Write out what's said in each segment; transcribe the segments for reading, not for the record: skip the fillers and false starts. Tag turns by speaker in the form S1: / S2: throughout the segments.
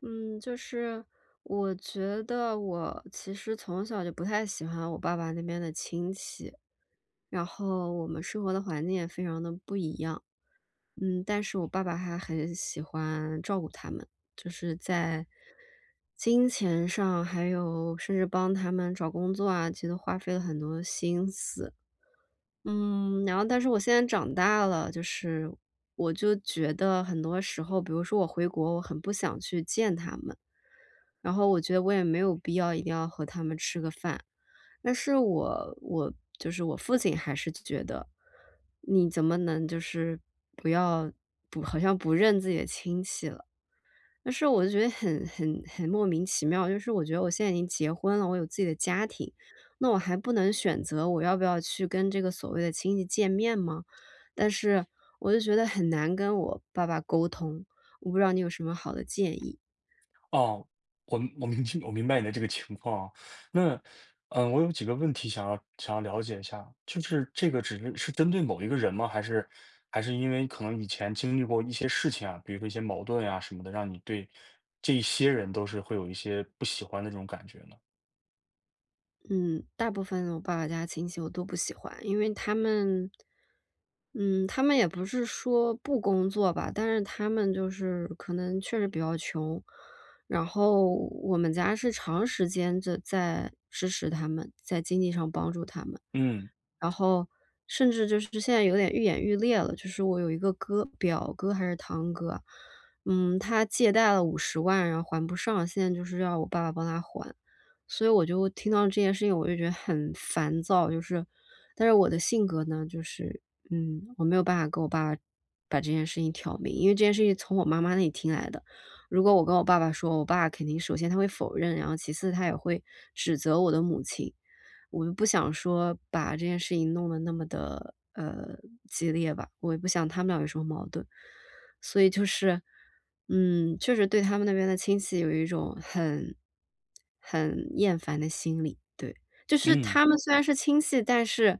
S1: 嗯，就是我觉得我其实从小就不太喜欢我爸爸那边的亲戚，然后我们生活的环境也非常的不一样。嗯，但是我爸爸还很喜欢照顾他们，就是在金钱上，还有甚至帮他们找工作啊，其实都花费了很多心思。嗯，然后但是我现在长大了，就是我就觉得很多时候，比如说我回国，我很不想去见他们，然后我觉得我也没有必要一定要和他们吃个饭。但是我就是我父亲还是觉得，你怎么能就是不要不好像不认自己的亲戚了。但是我就觉得很莫名其妙，就是我觉得我现在已经结婚了，我有自己的家庭，那我还不能选择我要不要去跟这个所谓的亲戚见面吗？但是我就觉得很难跟我爸爸沟通，我不知道你有什么好的建议。
S2: 哦，我明白你的这个情况啊。那，我有几个问题想要了解一下，就是这个只是针对某一个人吗？还是因为可能以前经历过一些事情啊，比如说一些矛盾呀、什么的，让你对这一些人都是会有一些不喜欢的这种感觉呢？
S1: 嗯，大部分我爸爸家亲戚我都不喜欢，因为他们，嗯，他们也不是说不工作吧，但是他们就是可能确实比较穷，然后我们家是长时间的在支持他们，在经济上帮助他们，
S2: 嗯
S1: 然后甚至就是现在有点愈演愈烈了，就是我有一个哥，表哥还是堂哥啊嗯，他借贷了50万，然后还不上，现在就是要我爸爸帮他还。所以我就听到这件事情，我就觉得很烦躁，就是但是我的性格呢，就是，嗯，我没有办法跟我爸爸把这件事情挑明，因为这件事情从我妈妈那里听来的。如果我跟我爸爸说，我爸肯定首先他会否认，然后其次他也会指责我的母亲。我就不想说把这件事情弄得那么的，激烈吧，我也不想他们俩有什么矛盾。所以就是，嗯，确实对他们那边的亲戚有一种很厌烦的心理，对。就是
S2: 嗯。
S1: 他们虽然是亲戚，但是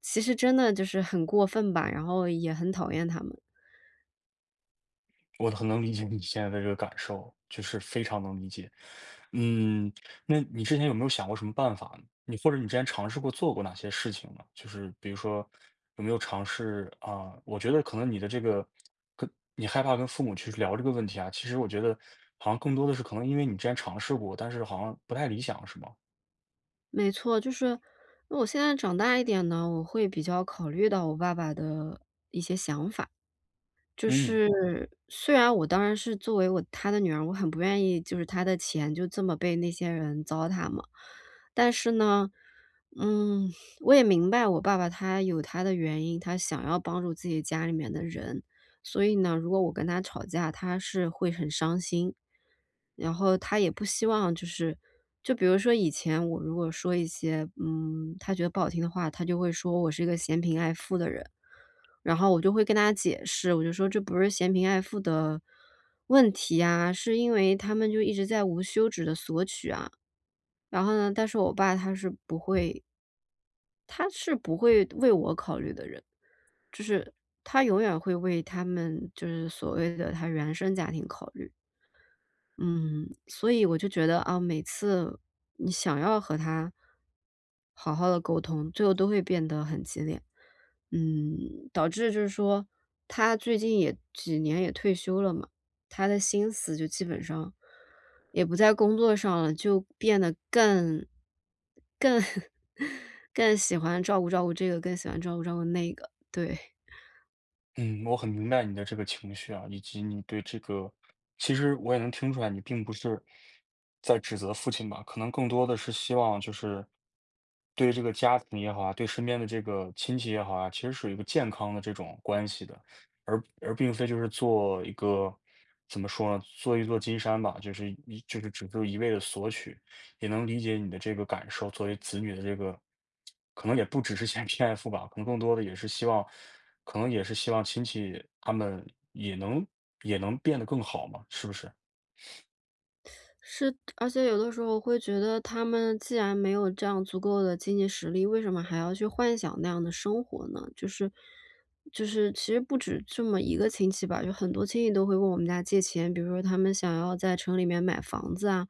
S1: 其实真的就是很过分吧，然后也很讨厌他们。
S2: 我很能理解你现在的这个感受，就是非常能理解。嗯，那你之前有没有想过什么办法呢，你或者你之前尝试过做过哪些事情呢？就是比如说有没有尝试啊，我觉得可能你的这个跟你害怕跟父母去聊这个问题啊，其实我觉得好像更多的是可能因为你之前尝试过，但是好像不太理想，是吗？
S1: 没错，就是那我现在长大一点呢，我会比较考虑到我爸爸的一些想法。就
S2: 嗯。
S1: 是虽然我当然是作为他的女儿，我很不愿意就是他的钱就这么被那些人糟蹋嘛。但是呢，嗯，我也明白我爸爸他有他的原因，他想要帮助自己家里面的人。所以呢，如果我跟他吵架，他是会很伤心。然后他也不希望就是就比如说以前我如果说一些，嗯，他觉得不好听的话，他就会说我是一个嫌贫爱富的人。然后我就会跟他解释，我就说这不是嫌贫爱富的问题啊，是因为他们就一直在无休止的索取啊。然后呢，但是我爸他是不会，他是不会为我考虑的人，就是他永远会为他们就是所谓的他原生家庭考虑。嗯，所以我就觉得啊，每次你想要和他好好的沟通，最后都会变得很激烈。嗯，导致就是说他最近也几年也退休了嘛，他的心思就基本上也不在工作上了，就变得更 更喜欢照顾照顾这个，更喜欢照顾照顾那个，对。
S2: 嗯，我很明白你的这个情绪啊，以及你对这个，其实我也能听出来，你并不是在指责父亲吧，可能更多的是希望就是对这个家庭也好啊，对身边的这个亲戚也好啊，其实是有一个健康的这种关系的，而并非就是做一个怎么说呢，做一座金山吧，就是一就是只是一味的索取，也能理解你的这个感受，作为子女的这个，可能也不只是嫌贫爱富 吧，可能更多的也是希望，可能也是希望亲戚他们也能也能变得更好嘛，是不是？
S1: 是，而且有的时候我会觉得他们既然没有这样足够的经济实力，为什么还要去幻想那样的生活呢？就是其实不止这么一个亲戚吧，就很多亲戚都会问我们家借钱，比如说他们想要在城里面买房子啊，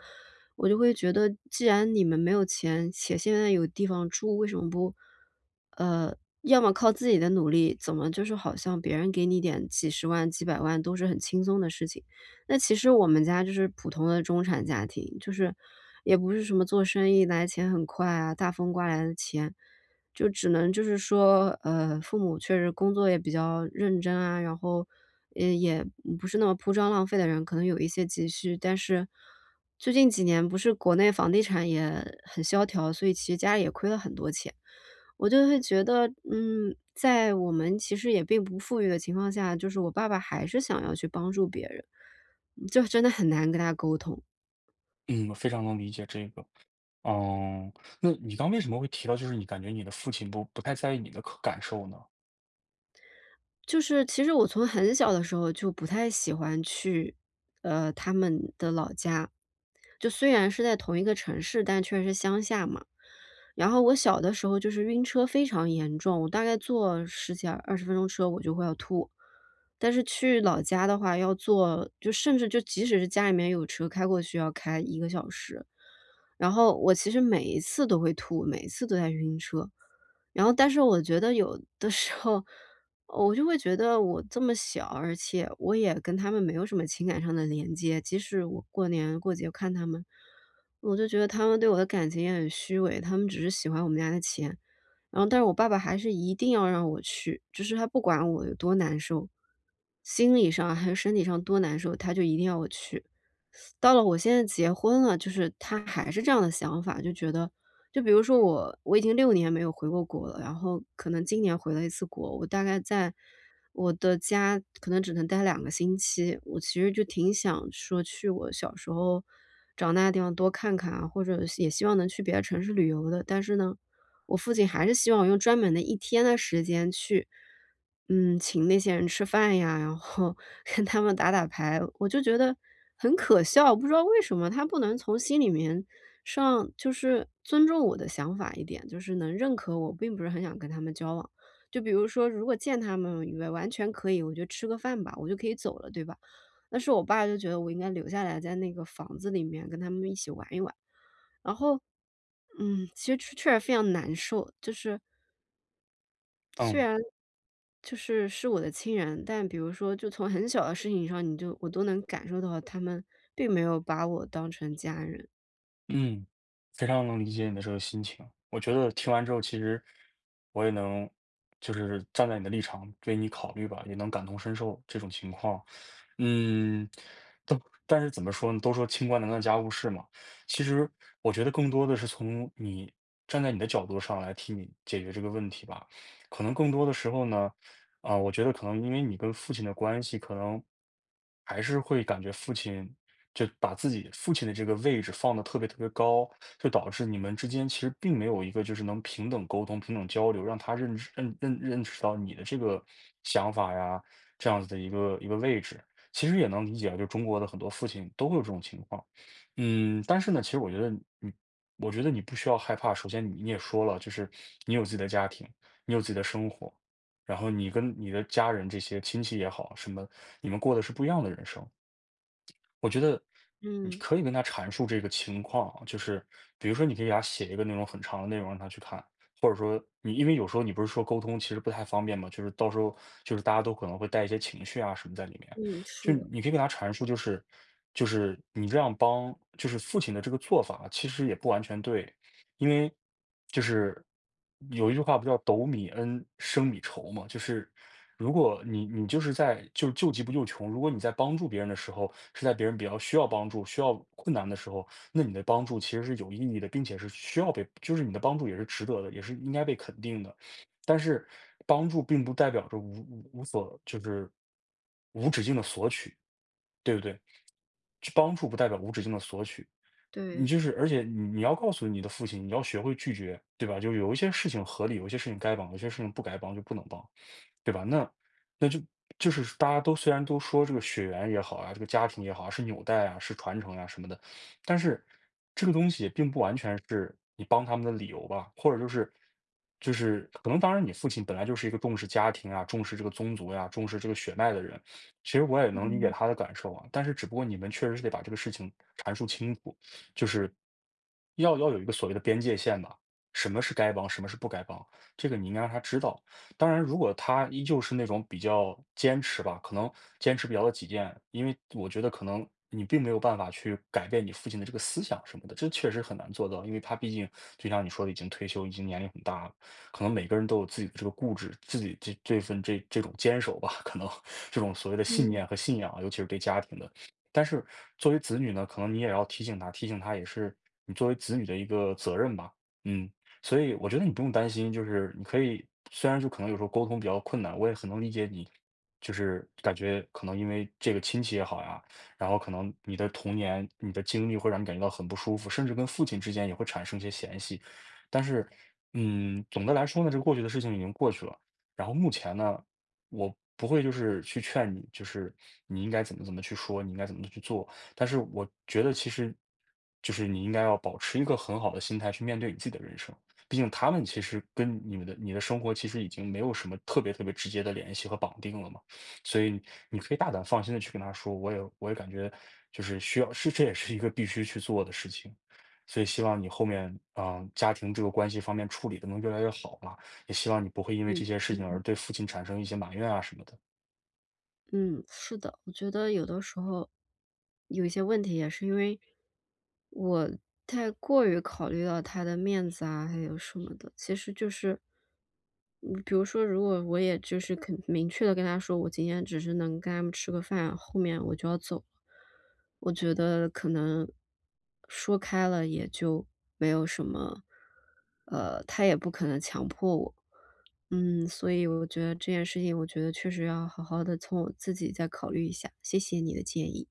S1: 我就会觉得既然你们没有钱，且现在有地方住，为什么不呃，要么靠自己的努力，怎么就是好像别人给你点几十万、几百万都是很轻松的事情。那其实我们家就是普通的中产家庭，就是也不是什么做生意来钱很快啊，大风刮来的钱，就只能就是说，父母确实工作也比较认真啊，然后也不是那么铺张浪费的人，可能有一些积蓄。但是最近几年不是国内房地产也很萧条，所以其实家里也亏了很多钱。我就会觉得，嗯，在我们其实也并不富裕的情况下，就是我爸爸还是想要去帮助别人。就真的很难跟他沟通。
S2: 嗯，我非常能理解这个。嗯，那你刚为什么会提到，就是你感觉你的父亲不太在意你的感受呢？
S1: 就是其实我从很小的时候就不太喜欢去，他们的老家。就虽然是在同一个城市，但确实是乡下嘛。然后我小的时候就是晕车非常严重，我大概坐十几二十分钟车我就会要吐。但是去老家的话要坐就甚至就即使是家里面有车开过去要开1个小时。然后我其实每一次都会吐，每一次都在晕车。然后但是我觉得有的时候我就会觉得我这么小，而且我也跟他们没有什么情感上的连接，即使我过年过节看他们，我就觉得他们对我的感情也很虚伪，他们只是喜欢我们家的钱。然后，但是我爸爸还是一定要让我去，就是他不管我有多难受，心理上还是身体上多难受，他就一定要我去。到了我现在结婚了，就是他还是这样的想法，就觉得就比如说我已经6年没有回过国了，然后可能今年回了一次国，我大概在我的家可能只能待2个星期。我其实就挺想说去我小时候长大的地方多看看啊，或者是也希望能去别的城市旅游的。但是呢，我父亲还是希望我用专门的1天的时间去，嗯，请那些人吃饭呀，然后 跟他们打打牌。我就觉得很可笑，不知道为什么他不能从心里面上就是尊重我的想法一点，就是能认可我，并不是很想跟他们交往。就比如说，如果见他们以也完全可以，我就吃个饭吧，我就可以走了，对吧？但是我爸就觉得我应该留下来，在那个房子里面跟他们一起玩一玩。然后，嗯，其实确实非常难受，就是虽
S2: 嗯
S1: 然就是我的亲人，但比如说，就从很小的事情上，我都能感受到他们并没有把我当成家人。
S2: 嗯，非常能理解你的这个心情。我觉得听完之后，其实我也能就是站在你的立场为你考虑吧，也能感同身受这种情况。嗯，都但是怎么说呢？都说清官难断家务事嘛。其实我觉得更多的是从你站在你的角度上来替你解决这个问题吧。可能更多的时候呢，我觉得可能因为你跟父亲的关系，可能还是会感觉父亲就把自己父亲的这个位置放得特别特别高，就导致你们之间其实并没有一个就是能平等沟通、平等交流，让他认知、认识到你的这个想法呀，这样子的一个位置。其实也能理解啊，就中国的很多父亲都会有这种情况。嗯，但是呢，其实我觉得你，我觉得你不需要害怕。首先你，你也说了，就是你有自己的家庭，你有自己的生活，然后你跟你的家人这些亲戚也好，什么，你们过的是不一样的人生。我觉得你
S1: 嗯
S2: 可以跟他阐述这个情况啊，就是比如说，你可以给他写一个那种很长的内容让他去看，或者说你因为有时候你不是说沟通其实不太方便嘛，就是到时候就是大家都可能会带一些情绪啊什么在里面，
S1: 嗯，
S2: 就
S1: 是
S2: 是
S1: 的，
S2: 你可以给他阐述，就是你这样帮，就是父亲的这个做法其实也不完全对，因为就是有一句话不叫“斗米恩，升米仇”嘛，就是如果你就是在就救急不救穷，如果你在帮助别人的时候，是在别人比较需要帮助、需要困难的时候，那你的帮助其实是有意义的，并且是需要被，就是你的帮助也是值得的，也是应该被肯定的。但是帮助并不代表着无无无所就是无止境的索取，对不对？去帮助不代表无止境的索取，你
S1: 对。
S2: 就是，而且你要告诉你的父亲，你要学会拒绝，对吧？就有一些事情合理，有一些事情该帮，有些事情不该帮就不能帮，对吧？那那就大家都虽然都说这个血缘也好啊，这个家庭也好啊是纽带啊，是传承啊什么的，但是这个东西也并不完全是你帮他们的理由吧，或者就是可能，当然你父亲本来就是一个重视家庭啊、重视这个宗族呀、重视这个血脉的人，其实我也能理解
S1: 嗯。
S2: 他的感受啊，但是只不过你们确实是得把这个事情阐述清楚。就是要有一个所谓的边界线吧，什么是该帮，什么是不该帮，这个你应该让他知道。当然，如果他依旧是那种比较坚持吧，可能坚持比较的己见，因为我觉得可能你并没有办法去改变你父亲的这个思想什么的，这确实很难做到，因为他毕竟就像你说的，已经退休，已经年龄很大了，可能每个人都有自己的这个固执，自己这份这种坚守吧，可能 这种所谓的信
S1: 嗯
S2: 念和信仰，尤其是对家庭的。但是作为子女呢，可能你也要提醒他，提醒他也是你作为子女的一个责任吧。嗯，所以我觉得你不用担心，就是你可以，虽然就可能有时候沟通比较困难，我也很能理解你，就是感觉可能因为这个亲戚也好呀，然后可能你的童年、你的经历会让你感觉到很不舒服，甚至跟父亲之间也会产生一些嫌隙。但是，总的来说呢，这个过去的事情已经过去了。然后目前呢，我不会就是去劝你，就是你应该怎么怎么去说，你应该怎么去做。但是我觉得其实就是你应该要保持一个很好的心态去面对你自己的人生。毕竟他们其实跟你的生活其实已经没有什么特别特别直接的联系和绑定了嘛，所以你可以大胆放心的去跟他说，我也感觉就是需要是这也是一个必须去做的事情，所以希望你后面家庭这个关系方面处理的能越来越好吧。也希望你不会因为这
S1: 嗯
S2: 些事情而对父亲产生一些埋怨啊什么的。
S1: 嗯，是的，我觉得有的时候有一些问题也是因为我太过于考虑到他的面子啊，还有什么的，其实就是嗯，比如说，如果我也就是肯明确的跟他说，我今天只是能跟他们吃个饭，后面我就要走了，我觉得可能说开了也就没有什么，他也不可能强迫我。嗯，所以我觉得这件事情，我觉得确实要好好的从我自己再考虑一下。谢谢你的建议。